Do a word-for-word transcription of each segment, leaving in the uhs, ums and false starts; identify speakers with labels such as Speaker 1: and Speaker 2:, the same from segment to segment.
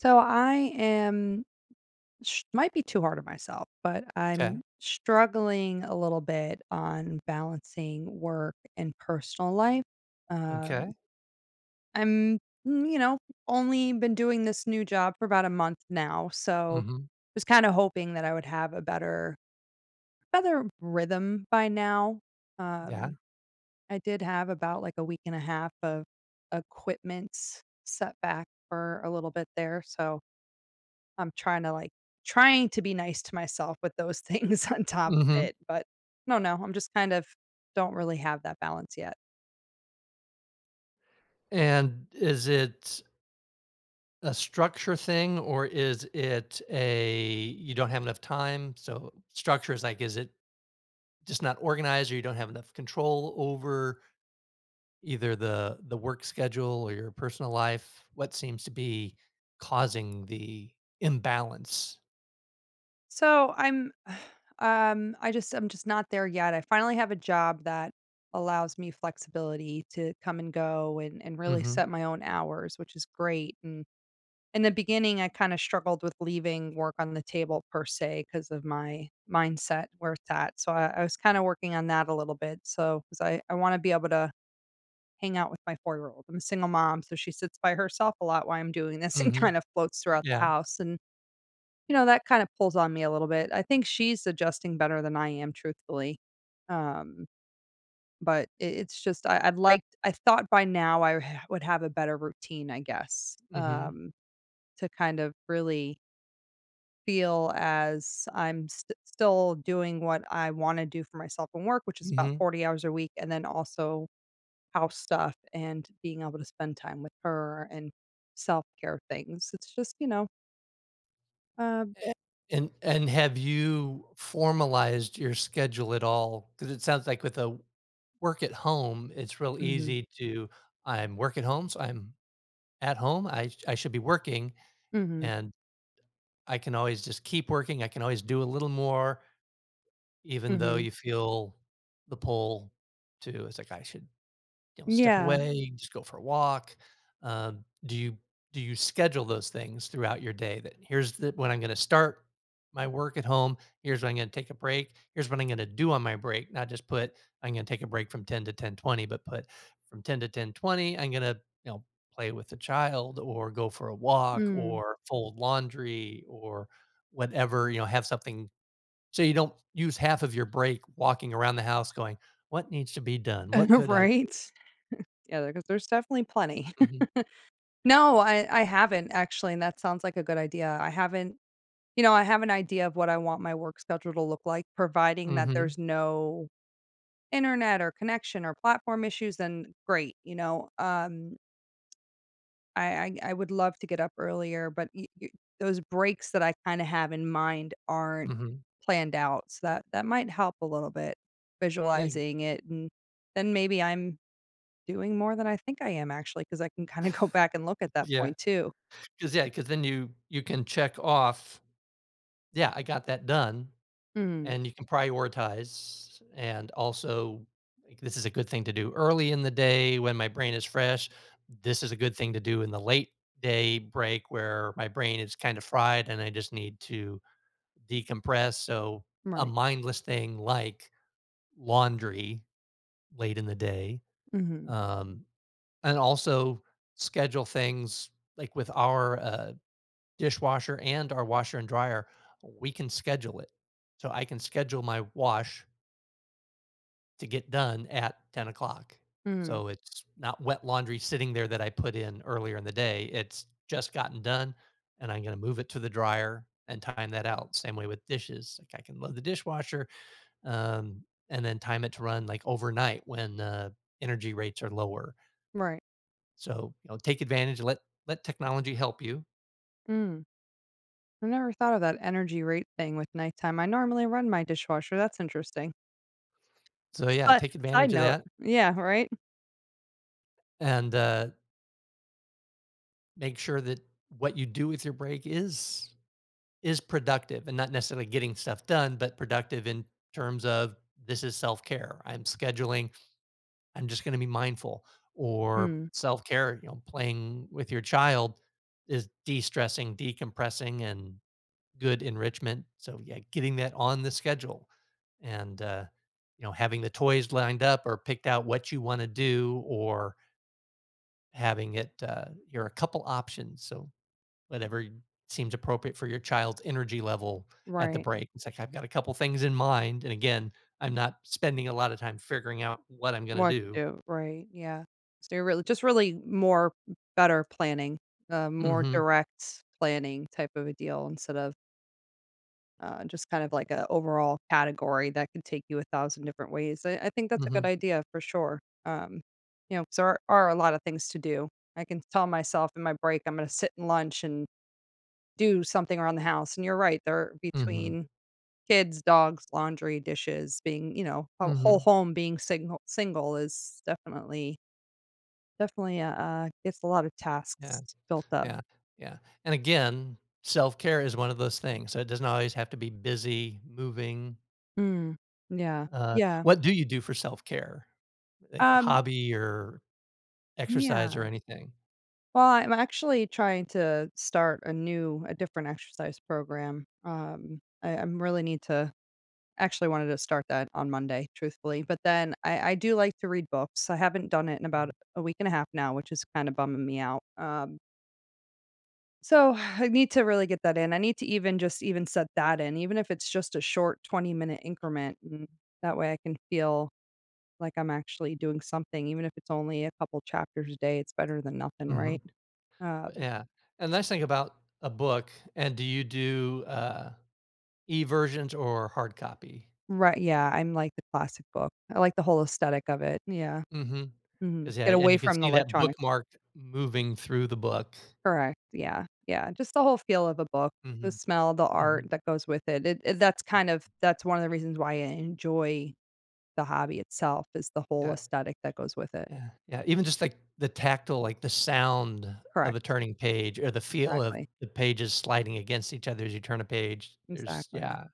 Speaker 1: So I am sh- might be too hard on myself, but
Speaker 2: Okay.
Speaker 1: I'm struggling a little bit on balancing work and personal life. Um,
Speaker 2: Okay.
Speaker 1: I'm, mm, you know, Only been doing this new job for about a month now, so
Speaker 2: Mhm,
Speaker 1: was kind of hoping that I would have a better better rhythm by now.
Speaker 2: yeah,
Speaker 1: Um, I did have about like a week and a half of equipment setback for a little bit there, so I'm trying to, like trying to be nice to myself with those things on top of
Speaker 2: mhm,
Speaker 1: it, but I don't know, I'm just kind of don't really have that balance yet.
Speaker 2: and is it a structure thing, or is it a you don't have enough time? So, structure is like, is it just not organized, or you don't have enough control over either the the work schedule or your personal life? What seems to be causing the imbalance?
Speaker 1: So I'm, um, I just I'm just not there yet. I finally have a job that allows me flexibility to come and go and and really
Speaker 2: Mhm,
Speaker 1: set my own hours, which is great. And in the beginning, I kind of struggled with leaving work on the table per se because of my mindset where it's at. So I, I was kind of working on that a little bit. So because I I want to be able to hang out with my four year old. I'm a single mom, so she sits by herself a lot while I'm doing this and
Speaker 2: mhm,
Speaker 1: kind of floats throughout the
Speaker 2: yeah,
Speaker 1: house and you know, that kind of pulls on me a little bit. I think she's adjusting better than I am, truthfully. Um, but it, it's just I, I'd like I thought by now I ha- would have a better routine, I guess,
Speaker 2: mhm,
Speaker 1: um, to kind of really feel as I'm st- still doing what I want to do for myself and work, which is about
Speaker 2: mhm.
Speaker 1: forty hours a week, and then also house stuff and being able to spend time with her and self care things. It's just you know, uh,
Speaker 2: A and and have you formalized your schedule at all? Because it sounds like with a work at home, it's real
Speaker 1: hmm.
Speaker 2: easy to, "I'm work at home, so I'm at home. I sh I should be working,
Speaker 1: Hmm.
Speaker 2: and I can always just keep working. I can always do a little more," even though
Speaker 1: Hmm.
Speaker 2: you feel the pull to it's like, "I should you know, step
Speaker 1: Yeah.
Speaker 2: away, just go for a walk? Um, do you do you schedule those things throughout your day that here's the, when I'm going to start my work at home, here's when I'm going to take a break, here's what I'm going to do on my break, not just put I'm going to take a break from ten to ten twenty, but put from ten to ten twenty, I'm going to, you know, play with the child or go for a walk
Speaker 1: Mm.
Speaker 2: or fold laundry or whatever, you know, have something so you don't use half of your break walking around the house going, what needs to be done? What could I?
Speaker 1: Right? Yeah, because there's definitely plenty.
Speaker 2: Mhm.
Speaker 1: No, I I haven't actually, and that sounds like a good idea. I haven't you know, I have an idea of what I want my work schedule to look like, providing that
Speaker 2: Mhm,
Speaker 1: there's no internet or connection or platform issues, then great, you know? Um, I I I would love to get up earlier, but y y those breaks that I kinda have in mind aren't
Speaker 2: mhm.
Speaker 1: planned out, so that that might help a little bit,
Speaker 2: Yeah.
Speaker 1: visualizing it, and then maybe I'm doing more than I think I am actually because I can kinda go back and look at that
Speaker 2: Yeah.
Speaker 1: point too.
Speaker 2: Because yeah. Because then you you can check off, "Yeah, I got that done,"
Speaker 1: Mm,
Speaker 2: and you can prioritize, and also, like, "This is a good thing to do early in the day when my brain is fresh. This is a good thing to do in the late day break where my brain is kind of fried and I just need to decompress," so a
Speaker 1: right.
Speaker 2: mindless thing like laundry late in the day.
Speaker 1: Mhm.
Speaker 2: um And also schedule things like with our, uh, dishwasher and our washer and dryer, we can schedule it. So I can schedule my wash to get done at ten o'clock.
Speaker 1: Mhm.
Speaker 2: So it's not wet laundry sitting there that I put in earlier in the day. It's just gotten done and I'm going to move it to the dryer and time that out. Same way with dishes. Like I can load the dishwasher um, and then time it to run like overnight when uh, energy rates are lower.
Speaker 1: Right.
Speaker 2: So, you know, take advantage, let let technology help you.
Speaker 1: Mm. I never thought of that energy rate thing with nighttime. I normally run my dishwasher, that's interesting.
Speaker 2: So yeah,
Speaker 1: Si
Speaker 2: take
Speaker 1: Side
Speaker 2: advantage of
Speaker 1: note.
Speaker 2: that
Speaker 1: Yeah, right?
Speaker 2: and, uh, make sure that what you do with your break is is productive and not necessarily getting stuff done, but productive in terms of this is self-care. I'm scheduling, I'm just gonna be mindful or
Speaker 1: Mm,
Speaker 2: self-care, you know, playing with your child is de-stressing, decompressing, and good enrichment. So yeah, getting that on the schedule and uh, you know having the toys lined up or picked out what you want to do or having it uh, you're a couple options. So whatever seems appropriate for your child's energy level at the
Speaker 1: right.
Speaker 2: break. It's like I've got a couple things in mind, and again, I'm not spending a lot of time figuring out what I'm going to
Speaker 1: What to
Speaker 2: do.
Speaker 1: do, right, yeah. So you're really just really more better planning, uh, more
Speaker 2: Mm-hmm.
Speaker 1: direct planning type of a deal instead of Uh, just kind of like a overall category that could take you a thousand different ways. I, I think that's a good
Speaker 2: Mm-hmm.
Speaker 1: idea for sure. Um, you know, so there are a lot of things to do. I can tell myself in my break I'm going to sit and lunch and do something around the house. And you're right, they're
Speaker 2: Mm-hmm.
Speaker 1: between kids, dogs, laundry, dishes. Being you know, a whole
Speaker 2: Mm-hmm.
Speaker 1: home being single single is definitely definitely uh, uh gets a lot of
Speaker 2: Yeah.
Speaker 1: tasks built up.
Speaker 2: Yeah, yeah, and again, self-care is one of those things, so it doesn't always have to be busy, moving.
Speaker 1: Mm, yeah,
Speaker 2: Uh,
Speaker 1: yeah,
Speaker 2: what do you do for self-care? Like a
Speaker 1: um,
Speaker 2: hobby or exercise or
Speaker 1: yeah.
Speaker 2: anything?
Speaker 1: Well, I'm actually trying to start a new, a different exercise program. Um, I, I really need to actually wanted to start that on Monday, truthfully. But then I, I do like to read books. I haven't done it in about
Speaker 2: Mm.
Speaker 1: a week and a half now, which is kind of bumming me out. Um, so I need to really get that in. I need to even just even set that in, even if it's just a short twenty minute increment. And that way I can feel like I'm actually doing something, even if it's only a couple chapters a day. It's better than nothing, right?
Speaker 2: Mhm,
Speaker 1: Uh,
Speaker 2: yeah, and nice thing about a book and do you do, uh, e-versions or hard copy?
Speaker 1: Right, yeah, I'm like the classic book. I like the whole aesthetic of it, yeah,
Speaker 2: Mm-hmm.
Speaker 1: mhm.
Speaker 2: Because yeah,
Speaker 1: Get
Speaker 2: and
Speaker 1: away
Speaker 2: you can
Speaker 1: from the
Speaker 2: see that
Speaker 1: electronics.
Speaker 2: bookmark moving through the book.
Speaker 1: Correct, yeah, yeah, just the whole feel of a book, the
Speaker 2: Mhm,
Speaker 1: smell, the art
Speaker 2: mhm,
Speaker 1: that goes with it, it it that's kind of that's one of the reasons why I enjoy the hobby itself is the whole
Speaker 2: yeah.
Speaker 1: aesthetic that goes with it.
Speaker 2: Yeah, yeah, even just, like, the tactile, like, the sound of a
Speaker 1: Correct.
Speaker 2: turning page or the feel of
Speaker 1: Exactly,
Speaker 2: the pages sliding against each other as you turn a page, there's
Speaker 1: exactly.
Speaker 2: yeah,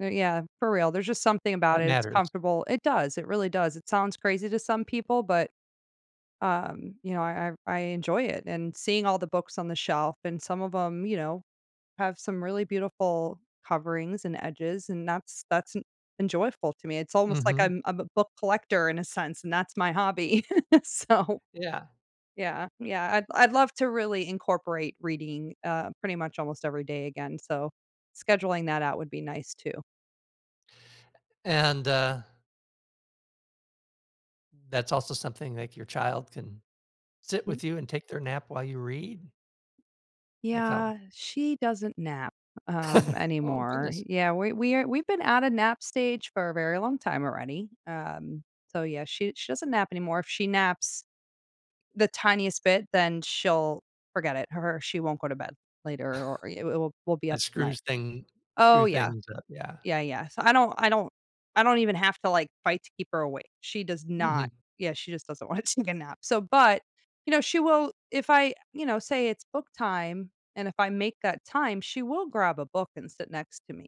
Speaker 1: Uh, yeah, for real, there's just something about
Speaker 2: that
Speaker 1: it, it's
Speaker 2: matters.
Speaker 1: comfortable. It does, it really does. It sounds crazy to some people, but Um, you know, I I I enjoy it and seeing all the books on the shelf and some of them, you know, have some really beautiful coverings and edges, and that's that's en enjoyable to me. It's almost like
Speaker 2: Mhm.
Speaker 1: I'm I'm a book collector in a sense, and that's my hobby. So,
Speaker 2: Yeah,
Speaker 1: yeah, yeah, I'd I'd love to really incorporate reading, uh, pretty much almost every day again, so scheduling that out would be nice too.
Speaker 2: and, uh, that's also something, like, your child can sit with you and take their nap while you read, like how
Speaker 1: Yeah, she doesn't nap, um,
Speaker 2: oh,
Speaker 1: anymore.
Speaker 2: goodness.
Speaker 1: Yeah, we we are we've been at a nap stage for a very long time already. Um, so yeah, she she doesn't nap anymore. If she naps the tiniest bit, then she'll forget it. Her She won't go to bed later or it will we'll be up
Speaker 2: That
Speaker 1: all night.
Speaker 2: screws thing
Speaker 1: Oh
Speaker 2: screw
Speaker 1: yeah.
Speaker 2: things up, yeah.
Speaker 1: Yeah, yeah. So I don't I don't I don't even have to, like, fight to keep her awake. She does not
Speaker 2: Mhm.
Speaker 1: yeah, she just doesn't wanna take a nap. So but, you know, she will if I, you know, say it's book time, and if I make that time, she will grab a book and sit next to me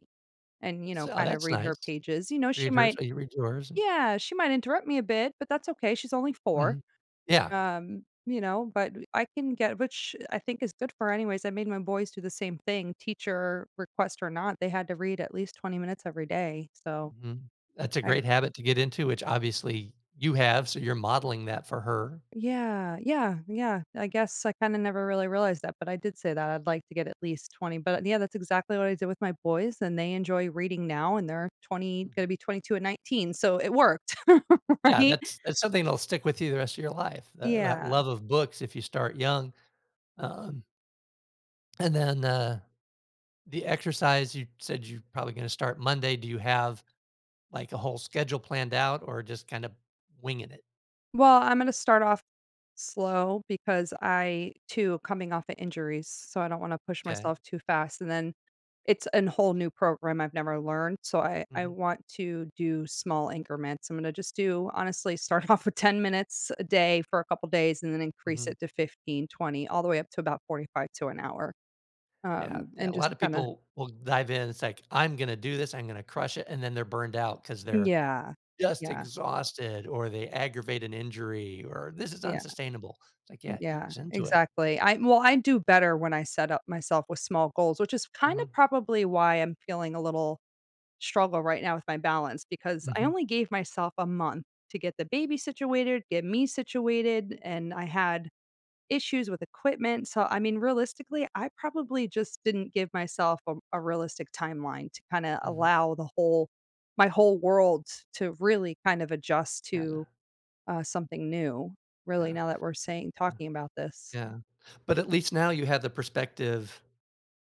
Speaker 1: and, you know,
Speaker 2: So, oh,
Speaker 1: kind of
Speaker 2: that's
Speaker 1: read her
Speaker 2: nice.
Speaker 1: pages. You know, she
Speaker 2: Read hers
Speaker 1: might
Speaker 2: while you read yours,
Speaker 1: yeah, she might interrupt me a bit, but that's okay. She's only four.
Speaker 2: mhm. Yeah.
Speaker 1: Um, you know, but I can get which I think is good for her anyways. I made my boys do the same thing, teacher request or not, they had to read at least twenty minutes every day. So
Speaker 2: Mhm. That's a
Speaker 1: I
Speaker 2: great habit to get into, which obviously you have, so you're modeling that for her.
Speaker 1: Yeah, yeah, yeah. I guess I kind of never really realized that, but I did say that I'd like to get at least twenty. But yeah, that's exactly what I did with my boys, and they enjoy reading now, and they're twenty,
Speaker 2: Mhm.
Speaker 1: going to be twenty two and nineteen. So it worked,
Speaker 2: Yeah,
Speaker 1: right?
Speaker 2: that's that's something that'll stick with you the rest of your life, that that
Speaker 1: Yeah.
Speaker 2: love of books if you start young. Um, and then, uh, the exercise, you said you're probably gonna start Monday. Do you have, like, a whole schedule planned out or just kind of winging it?
Speaker 1: Well, I'm gonna start off slow because I too coming off of injuries, so I don't wanna push
Speaker 2: 'Kay.
Speaker 1: myself too fast, and then it's a whole new program I've never learned, so I I
Speaker 2: Mhm,
Speaker 1: want to do small increments. I'm gonna just do honestly, start off with ten minutes a day for a couple days and then increase
Speaker 2: mhm.
Speaker 1: it to fifteen, twenty, all the way up to about forty-five to an hour,
Speaker 2: Yeah,
Speaker 1: um,
Speaker 2: yeah,
Speaker 1: and
Speaker 2: a
Speaker 1: just
Speaker 2: lot of
Speaker 1: kinda
Speaker 2: people will dive in, it's like, "I'm gonna do this, I'm gonna crush it," and then they're burned out because 'cause they're
Speaker 1: Yeah.
Speaker 2: just
Speaker 1: Yeah.
Speaker 2: exhausted, or they aggravate an injury, or this is
Speaker 1: Yeah.
Speaker 2: unsustainable. It's like, yeah,
Speaker 1: Yeah,
Speaker 2: ease into it.
Speaker 1: exactly. I Well, I do better when I set up myself with small goals, which is kind of
Speaker 2: Mhm,
Speaker 1: probably why I'm feeling a little struggle right now with my balance because I
Speaker 2: mhm,
Speaker 1: only gave myself a month to get the baby situated, get me situated, and I had issues with equipment. So, I mean, realistically, I probably just didn't give myself a, a realistic timeline to kind of
Speaker 2: mhm.
Speaker 1: allow the whole my whole world to really kind of adjust
Speaker 2: Yeah,
Speaker 1: to uh, something new. Really,
Speaker 2: yeah,
Speaker 1: now that we're saying
Speaker 2: yeah,
Speaker 1: talking about this.
Speaker 2: yeah. But at least now you have the perspective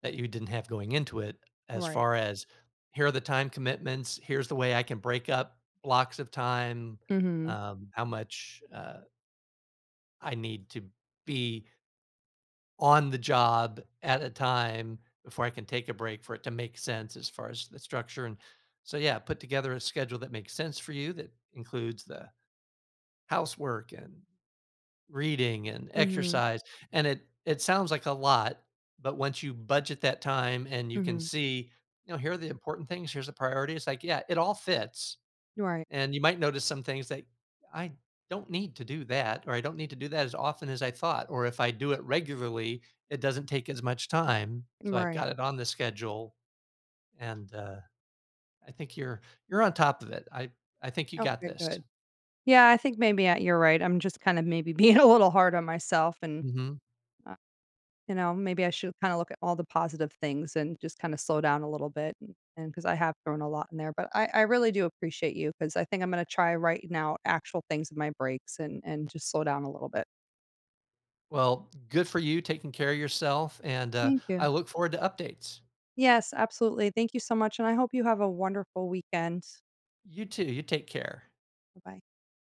Speaker 2: that you didn't have going into it as
Speaker 1: Right.
Speaker 2: far as, here are the time commitments, here's the way I can break up blocks of time,
Speaker 1: Mhm.
Speaker 2: um, how much, uh, I need to be on the job at a time before I can take a break for it to make sense as far as the structure. And so, yeah, put together a schedule that makes sense for you that includes the housework and reading and
Speaker 1: Mhm.
Speaker 2: exercise. And it it sounds like a lot, but once you budget that time and you can
Speaker 1: Mhm.
Speaker 2: see, you know, here are the important things, here's the priority. It's like, yeah, it all fits
Speaker 1: Right.
Speaker 2: and you might notice some things that I don't need to do that, or I don't need to do that as often as I thought. Or if I do it regularly, it doesn't take as much time. So I've
Speaker 1: Right.
Speaker 2: got it on the schedule. And uh, I think you're you're on top of it. I I think you got
Speaker 1: Okay,
Speaker 2: this.
Speaker 1: good. Yeah, I think maybe, uh, you're right. I'm just kind of maybe being a little hard on myself and,
Speaker 2: Hmm.
Speaker 1: uh, you know, maybe I should kinda look at all the positive things and just kinda slow down a little bit and because I have thrown a lot in there, but I I really do appreciate you, because I think I'm gonna try writing out actual things in my breaks and and just slow down a little bit.
Speaker 2: Well, good for you taking care of yourself. And uh,
Speaker 1: Thank you.
Speaker 2: I look forward to updates.
Speaker 1: Yes, absolutely. Thank you so much, and I hope you have a wonderful weekend.
Speaker 2: You too. You take care.
Speaker 1: Bye.